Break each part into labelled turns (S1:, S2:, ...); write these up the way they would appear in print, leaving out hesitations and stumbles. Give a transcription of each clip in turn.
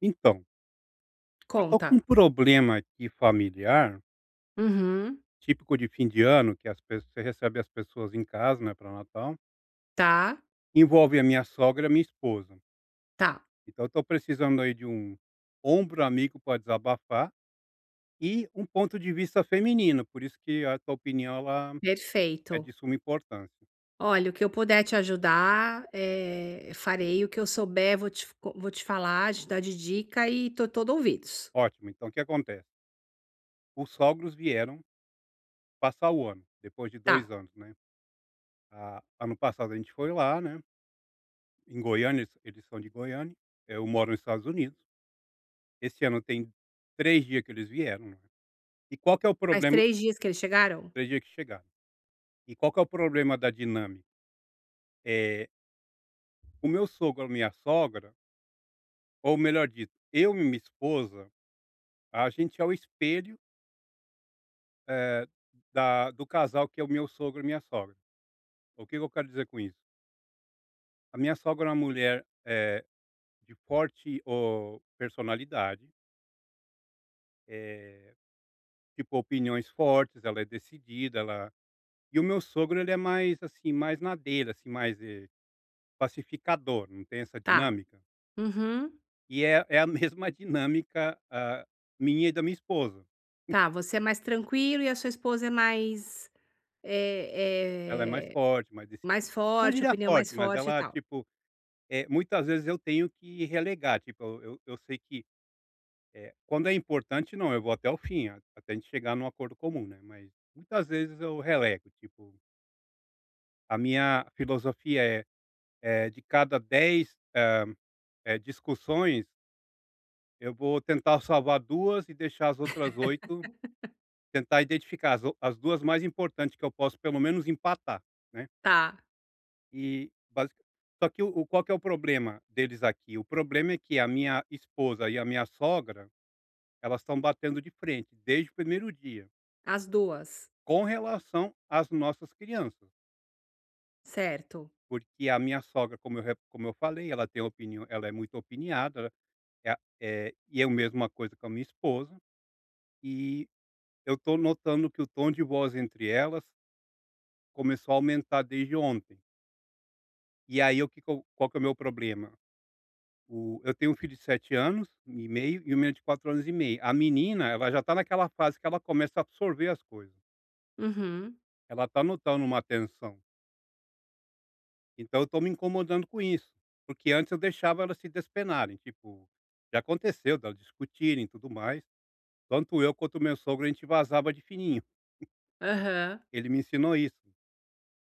S1: Então, eu tô
S2: Conta.
S1: com um problema aqui familiar,
S2: Uhum.
S1: típico de fim de ano, que as pe você recebe as pessoas em casa, né, para Natal,
S2: Tá,
S1: envolve a minha sogra e a minha esposa.
S2: tá,
S1: Então eu tô precisando aí de um ombro amigo para desabafar e um ponto de vista feminino, por isso que a tua opinião ela é de
S2: perfeito.
S1: suma importância.
S2: Olha, o que eu puder te ajudar, farei. O que eu souber, vou te falar, te dar de dica e tô todo ouvidos.
S1: Ótimo, então o que acontece? Os sogros vieram passar o ano, depois de dois
S2: Tá.
S1: anos, né. A ano passado a gente foi lá, né, em Goiânia, eles são de Goiânia, eu moro nos Estados Unidos. Esse ano tem 3 dias que eles vieram, não é. E qual que é o
S2: Faz
S1: problema
S2: 3 dias que eles chegaram?
S1: 3 dias que chegaram. E qual que é o problema da dinâmica? É o meu sogro ou minha sogra, ou melhor dito, eu e minha esposa, a gente é o espelho, eh, da do casal que é o meu sogro e minha sogra. O que que eu quero dizer com isso? A minha sogra é uma mulher, de forte, oh, personalidade, eh, tipo, opiniões fortes, ela é decidida, ela e o meu sogro ele é mais, assim, mais na dele, assim, mais, pacificador, não tem essa
S2: Tá.
S1: dinâmica?
S2: Uhum.
S1: E é a mesma dinâmica, ah, minha e da minha esposa.
S2: Tá, você é mais tranquilo e a sua esposa é
S1: Ela é mais
S2: eh eh,
S1: forte, mais decidi
S2: mais
S1: não
S2: forte,
S1: diria
S2: opinião mais
S1: forte, mas
S2: forte e
S1: ela,
S2: tal.
S1: tipo, muitas vezes eu tenho que relegar, tipo, eu sei que, quando é importante não, eu vou até o fim, a até a gente chegar num acordo comum, né, mas muitas vezes eu relego, tipo, a minha filosofia é de cada 10 discussões, eu vou tentar salvar 2 e deixar as outras 8. Tentar identificar as 2 mais importantes que eu posso pelo menos empatar, né,
S2: Tá,
S1: e basica só que qual que é o problema deles aqui? O problema é que a minha esposa e a minha sogra, elas estão batendo de frente desde o primeiro dia,
S2: as duas.
S1: com relação às nossas crianças,
S2: Certo.
S1: porque a minha sogra, como eu falei, ela tem opinião, ela é muito opiniada, ela é a eh, e eu mesma coisa com a minha esposa, e eu estou notando que o tom de voz entre elas começou a aumentar desde ontem. E aí o que que eu qual que é o meu problema? O Eu tenho um filho de 7 anos e meio e uma menina de 4 anos e meio. A menina, ela já está naquela fase que ela começa a absorver as coisas.
S2: Uhum.
S1: Ela está notando uma atenção. Então eu estou me incomodando com isso, porque antes eu deixava elas se despenarem, tipo, já aconteceu delas discutirem e tudo mais. Tanto eu quanto o meu sogro, a gente vazava de fininho.
S2: Aham.
S1: Ele me ensinou isso,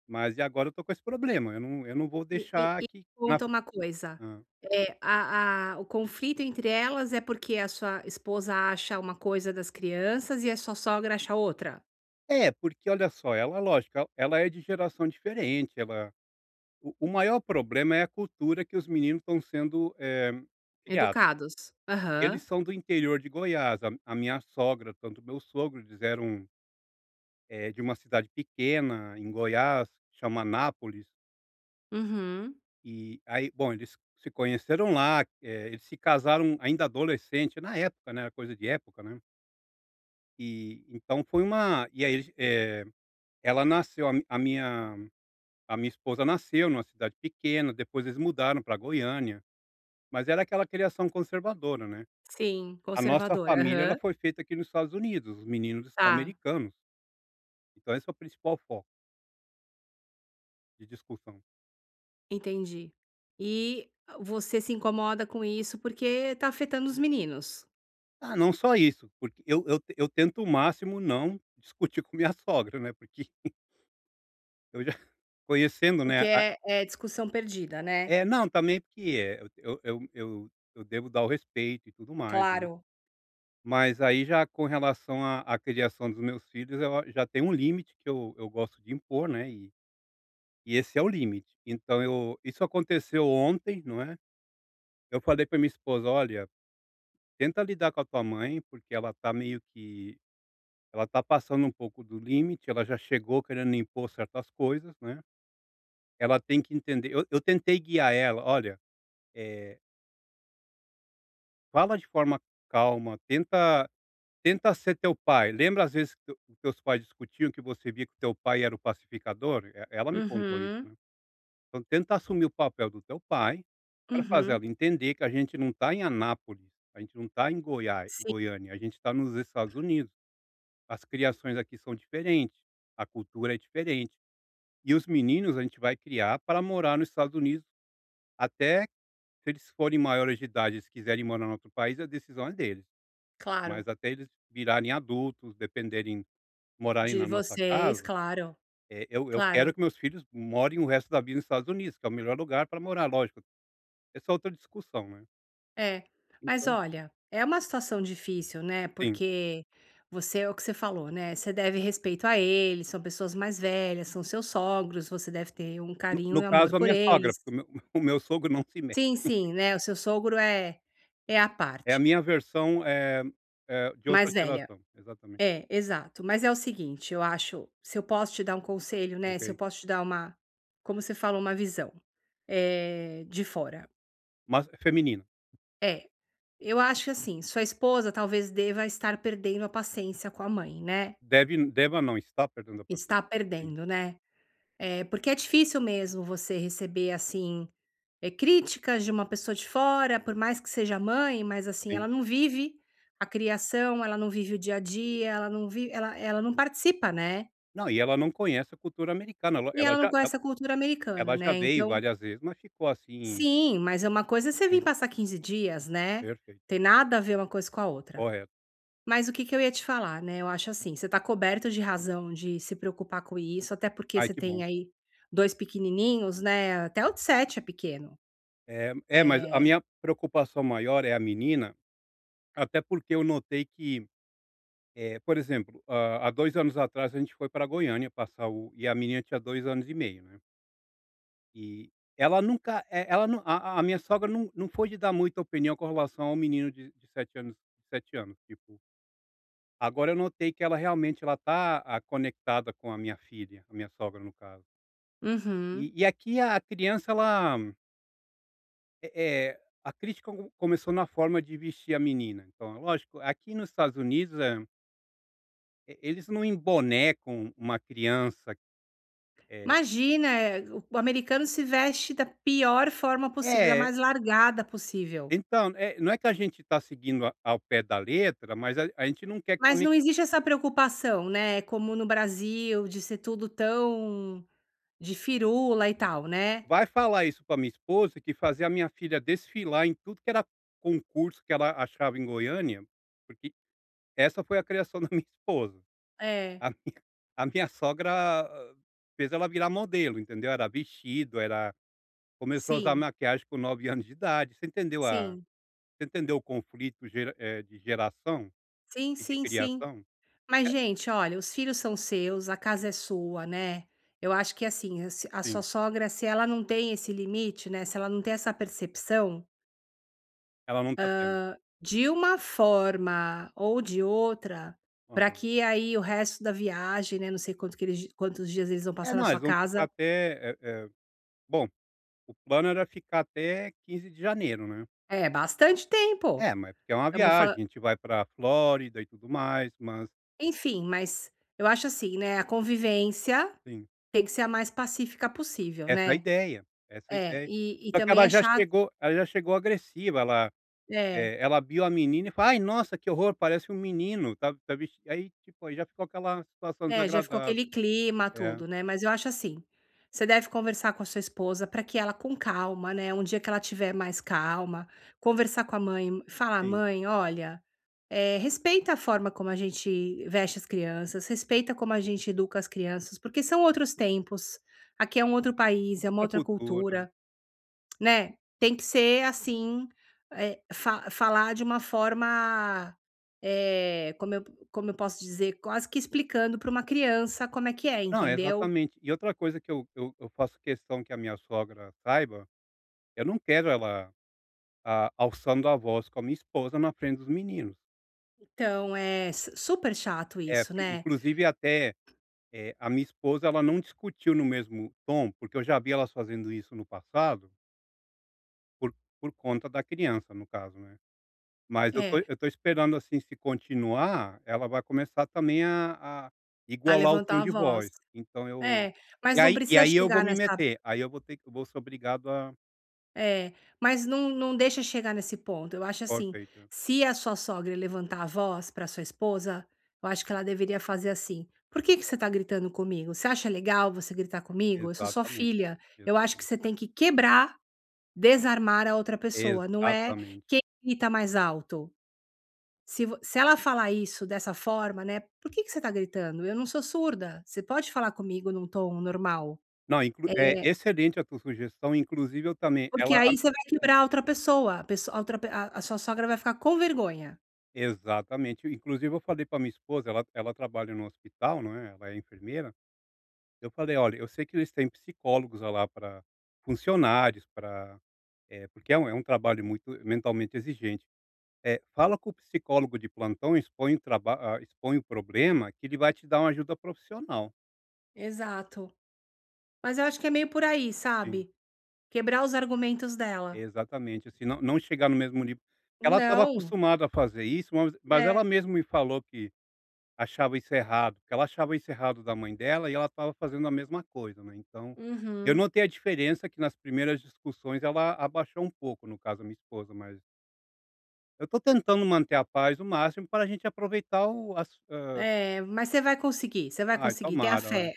S1: mas e agora eu tô com esse problema, eu não vou
S2: E e
S1: deixar
S2: e
S1: que na
S2: conta uma coisa,
S1: hã.
S2: É a o conflito entre elas é porque a sua esposa acha uma coisa das crianças e a sua sogra acha outra?
S1: É, porque olha só, ela lógico, el ela é de geração diferente, ela o maior problema é a cultura que os meninos estão sendo, criados.
S2: Educados.
S1: Eles
S2: Aham.
S1: são do interior de Goiás, a minha sogra, tanto meu sogro, eles eram, de uma cidade pequena em Goiás, chama Anápolis,
S2: Uhum.
S1: e aí bom, eles se conheceram lá, eles se casaram ainda adolescente, na época, né, era coisa de época, né, e então foi uma e aí eles, ela nasceu a mi a minha A minha esposa nasceu numa cidade pequena, depois eles mudaram para Goiânia, mas era aquela criação conservadora, né.
S2: Sim,
S1: A nossa
S2: conservadora.
S1: família, ela
S2: Aham.
S1: foi feita aqui nos Estados Unidos, os meninos são
S2: Tá,
S1: americanos, então esse é o principal foco de discussão.
S2: entendi. E você se incomoda com isso porque tá afetando os meninos.
S1: Ah, não só isso, porque eu tento o máximo não discutir com minha sogra, né, porque eu já conhecendo, né,
S2: Porque
S1: a
S2: é discussão perdida, né.
S1: é, não, também porque, eu devo dar o respeito e tudo mais, né.
S2: Claro.
S1: Mas aí já com relação à criação dos meus filhos, eu já tem um limite que eu gosto de impor, né, e esse é o limite. Então eu isso aconteceu ontem, não é, eu falei para minha esposa: "Olha, tenta lidar com a tua mãe, porque ela tá meio que ela tá passando um pouco do limite, ela já chegou querendo impor certas coisas, né, ela tem que entender". Eu tentei guiar ela: "Olha, eh, fala de forma calma, tenta tenta ser teu pai. Lembra às vezes que teus pais discutiam, que você via que teu pai era o pacificador?" E ela me contou isso,
S2: Uhum,
S1: né. Então tenta assumir o papel do teu pai, para fazer
S2: uhum.
S1: ela entender que a gente não está em Anápolis, a gente não está em Goiá
S2: Sim,
S1: Goiânia, a gente está nos Estados Unidos. As criações aqui são diferentes, a cultura é diferente. E os meninos a gente vai criar para morar nos Estados Unidos, até se eles forem maiores de idade, e quiserem morar em outro país, a decisão é deles. Mas
S2: claro.
S1: até eles virarem adultos, dependerem morarem
S2: De
S1: na nossa
S2: vocês,
S1: casa,
S2: claro,
S1: eu quero
S2: claro.
S1: que meus filhos morem o resto da vida nos Estados Unidos, que é o melhor lugar para morar, lógico, essa é outra discussão, né.
S2: É, mas
S1: Então,
S2: olha, é uma situação difícil, né,
S1: sim,
S2: porque você é o que você falou, né, você deve respeito a eles, são pessoas mais velhas, são seus sogros, você deve ter um
S1: no
S2: carinho
S1: no
S2: e amor
S1: caso a
S2: por
S1: minha sogra,
S2: eles.
S1: porque o meu o meu sogro não se mete.
S2: Sim, sim, né, o seu sogro é a
S1: É a
S2: parte,
S1: minha versão, de outra
S2: mais velha.
S1: geração, exatamente,
S2: É, exato. Mas é o seguinte, eu acho, se eu posso te dar um conselho, né,
S1: ok.
S2: se eu posso te dar uma, como você fala, uma visão, de fora.
S1: Mas é feminina,
S2: É, eu acho que assim, sua esposa talvez deva estar perdendo a paciência com a mãe, né.
S1: deve deva não, está perdendo a
S2: Está
S1: paciência. Sim,
S2: perdendo, né. É porque é difícil mesmo você receber, assim, críticas de uma pessoa de fora, por mais que seja mãe, mas assim,
S1: sim.
S2: ela não vive a criação, ela não vive o dia a dia, ela não participa, né.
S1: Não, e ela não conhece a cultura americana, ela
S2: E
S1: ela
S2: ela não
S1: já ela
S2: conhece a cultura americana,
S1: ela já
S2: né,
S1: veio
S2: então
S1: várias vezes, mas ficou assim
S2: sim, mas é uma coisa é você vir
S1: sim,
S2: passar 15 dias, né,
S1: perfeito,
S2: tem nada a ver uma coisa com a outra.
S1: correto.
S2: Mas o que que eu ia te falar, né, eu acho assim, você tá coberto de razão de se preocupar com isso, até porque
S1: Ai,
S2: você
S1: que bom.
S2: tem aí 2 pequenininhos, né, até o de 7 é pequeno.
S1: Mas a
S2: Eh
S1: minha preocupação maior é a menina, até porque eu notei que, por exemplo, há 2 anos atrás a gente foi para Goiânia passar o e a menina tinha 2 anos e meio, né, e ela nunca, ela não a minha sogra não foi de dar muita opinião com relação ao menino de 7 anos de 7 anos, tipo, agora eu notei que ela realmente ela tá, ah, conectada com a minha filha, a minha sogra no caso.
S2: uhum.
S1: E aqui a criança ela a crítica co começou na forma de vestir a menina, então, lógico, aqui nos Estados Unidos, eles não embonecam uma criança, eh
S2: Imagina, o americano se veste da pior forma possível, da
S1: é,
S2: mais largada possível.
S1: então, não é que a gente está seguindo a ao pé da letra, mas a gente não quer que
S2: Mas
S1: também
S2: não existe essa preocupação, né, como no Brasil, de ser tudo tão de firula e tal, né.
S1: vai falar isso para minha esposa que fazer a minha filha desfilar em tudo que era concurso que ela achava em Goiânia, porque essa foi a criação da minha esposa.
S2: É,
S1: A minha a minha sogra, hã, fez ela virar modelo, entendeu, era vestido, era começou a usar
S2: sim,
S1: maquiagem com 9 anos de idade. Você entendeu a
S2: sim.
S1: você entendeu o conflito gera de geração
S2: Sim,
S1: e de
S2: sim, sim.
S1: criação?
S2: Mas,
S1: É,
S2: gente, olha, os filhos são seus, a casa é sua, né. Eu acho que, assim, se a sua
S1: sim,
S2: sogra, se ela não tem esse limite, né, se ela não tem essa percepção,
S1: ela não está tendo.
S2: de uma forma ou de outra, para
S1: Aham.
S2: que aí o resto da viagem, né, não sei quanto que quantos dias eles vão
S1: É,
S2: passar na
S1: não,
S2: sua
S1: eles vão ficar
S2: casa
S1: até, bom, o plano era ficar até 15 de janeiro, né.
S2: é, bastante tempo.
S1: É, mas porque é uma
S2: Estamos falan
S1: viagem, a gente vai para Flórida e tudo mais, mas
S2: Enfim, mas eu acho assim, né, a convivência
S1: sim,
S2: tem que ser a mais pacífica possível, né.
S1: essa é a
S2: É,
S1: ideia.
S2: e
S1: Só que
S2: também é chato
S1: ela já chegou agressiva, ela
S2: é.
S1: é, ela viu a menina e fala: "Ai, nossa, que horror, parece um menino, tá vesti" aí, tipo, aí já ficou aquela situação
S2: É, já ficou
S1: desagradável.
S2: aquele clima,
S1: É,
S2: tudo, né. Mas eu acho assim, você deve conversar com a sua esposa para que ela com calma, né, um dia que ela tiver mais calma, conversar com a mãe, falar:
S1: sim.
S2: "Mãe, olha, eh, respeita a forma como a gente veste as crianças, respeita como a gente educa as crianças, porque são outros tempos, aqui é um outro país,
S1: É
S2: é uma
S1: outra
S2: outra
S1: cultura.
S2: cultura. Né, tem que ser assim, eh, fa falar de uma forma, eh, como eu posso dizer, quase que explicando para uma criança como é que é,
S1: Não,
S2: entendeu.
S1: exatamente. E outra coisa que eu faço questão que a minha sogra saiba, eu não quero ela, ah, alçando a voz com a minha esposa na frente dos meninos.
S2: Então é su super chato
S1: É,
S2: isso, né.
S1: inclusive até, a minha esposa, ela não discutiu no mesmo tom, porque eu já vi elas fazendo isso no passado, por por conta da criança, no caso, né. Mas
S2: É,
S1: eu tô esperando, assim, se continuar, ela vai começar também a
S2: a
S1: igualar o tom
S2: levantar a
S1: de
S2: voz.
S1: voz, então eu
S2: É, mas não
S1: e
S2: precisa
S1: aí eu vou
S2: chegar
S1: me
S2: nessa.
S1: meter, aí eu vou ser obrigado a
S2: É, mas não deixa chegar nesse ponto. Eu acho assim,
S1: perfeito.
S2: se a sua sogra levantar a voz pra sua esposa, eu acho que ela deveria fazer assim: "Por que que você tá gritando comigo? Você acha legal você gritar comigo? Eu sou sua
S1: Exatamente,
S2: filha". Eu acho que
S1: exatamente.
S2: você tem que quebrar, desarmar a outra pessoa, não é
S1: Exatamente.
S2: quem grita mais alto. Se ela falar isso dessa forma, né: "Por que que você tá gritando? Eu não sou surda, você pode falar comigo num tom normal".
S1: Não, inclu
S2: É.
S1: é excelente a tua sugestão, inclusive eu também
S2: Porque
S1: ela a
S2: aí você vai quebrar outra pessoa, a pesso a outra pe a sua sogra vai ficar com vergonha.
S1: exatamente, inclusive eu falei para minha esposa, ela trabalha no hospital, não é, ela é enfermeira. Eu falei: "Olha, eu sei que eles têm psicólogos lá para funcionários, para porque é um trabalho muito mentalmente exigente. Fala com o psicólogo de plantão, expõe expõe o problema, que ele vai te dar uma ajuda profissional".
S2: Exato. Mas eu acho que é meio por aí,
S1: Sim,
S2: sabe. Quebrar os argumentos dela.
S1: exatamente, assim, não chegar no mesmo nível. Ela estava
S2: Não.
S1: acostumada a fazer isso, mas ela
S2: É.
S1: mesma me falou que achava isso errado, porque ela achava isso errado da mãe dela e ela estava fazendo a mesma coisa, né, então, eu
S2: Uhum.
S1: notei a diferença que nas primeiras discussões ela abaixou um pouco, no caso a minha esposa, mas eu estou tentando manter a paz o máximo para a gente aproveitar
S2: É, mas você vai
S1: ai
S2: conseguir, tenha
S1: tomara, olha.
S2: fé.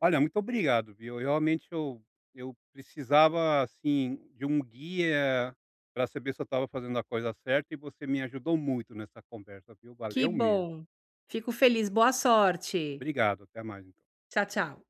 S1: Olha, muito obrigado, viu. Eu realmente eu precisava, assim, de um guia para saber se eu estava fazendo a coisa certa e você me ajudou muito nessa conversa, viu,
S2: Que
S1: valeu mesmo.
S2: bom. Fico feliz, boa sorte.
S1: Obrigado, até mais então.
S2: Tchau, tchau.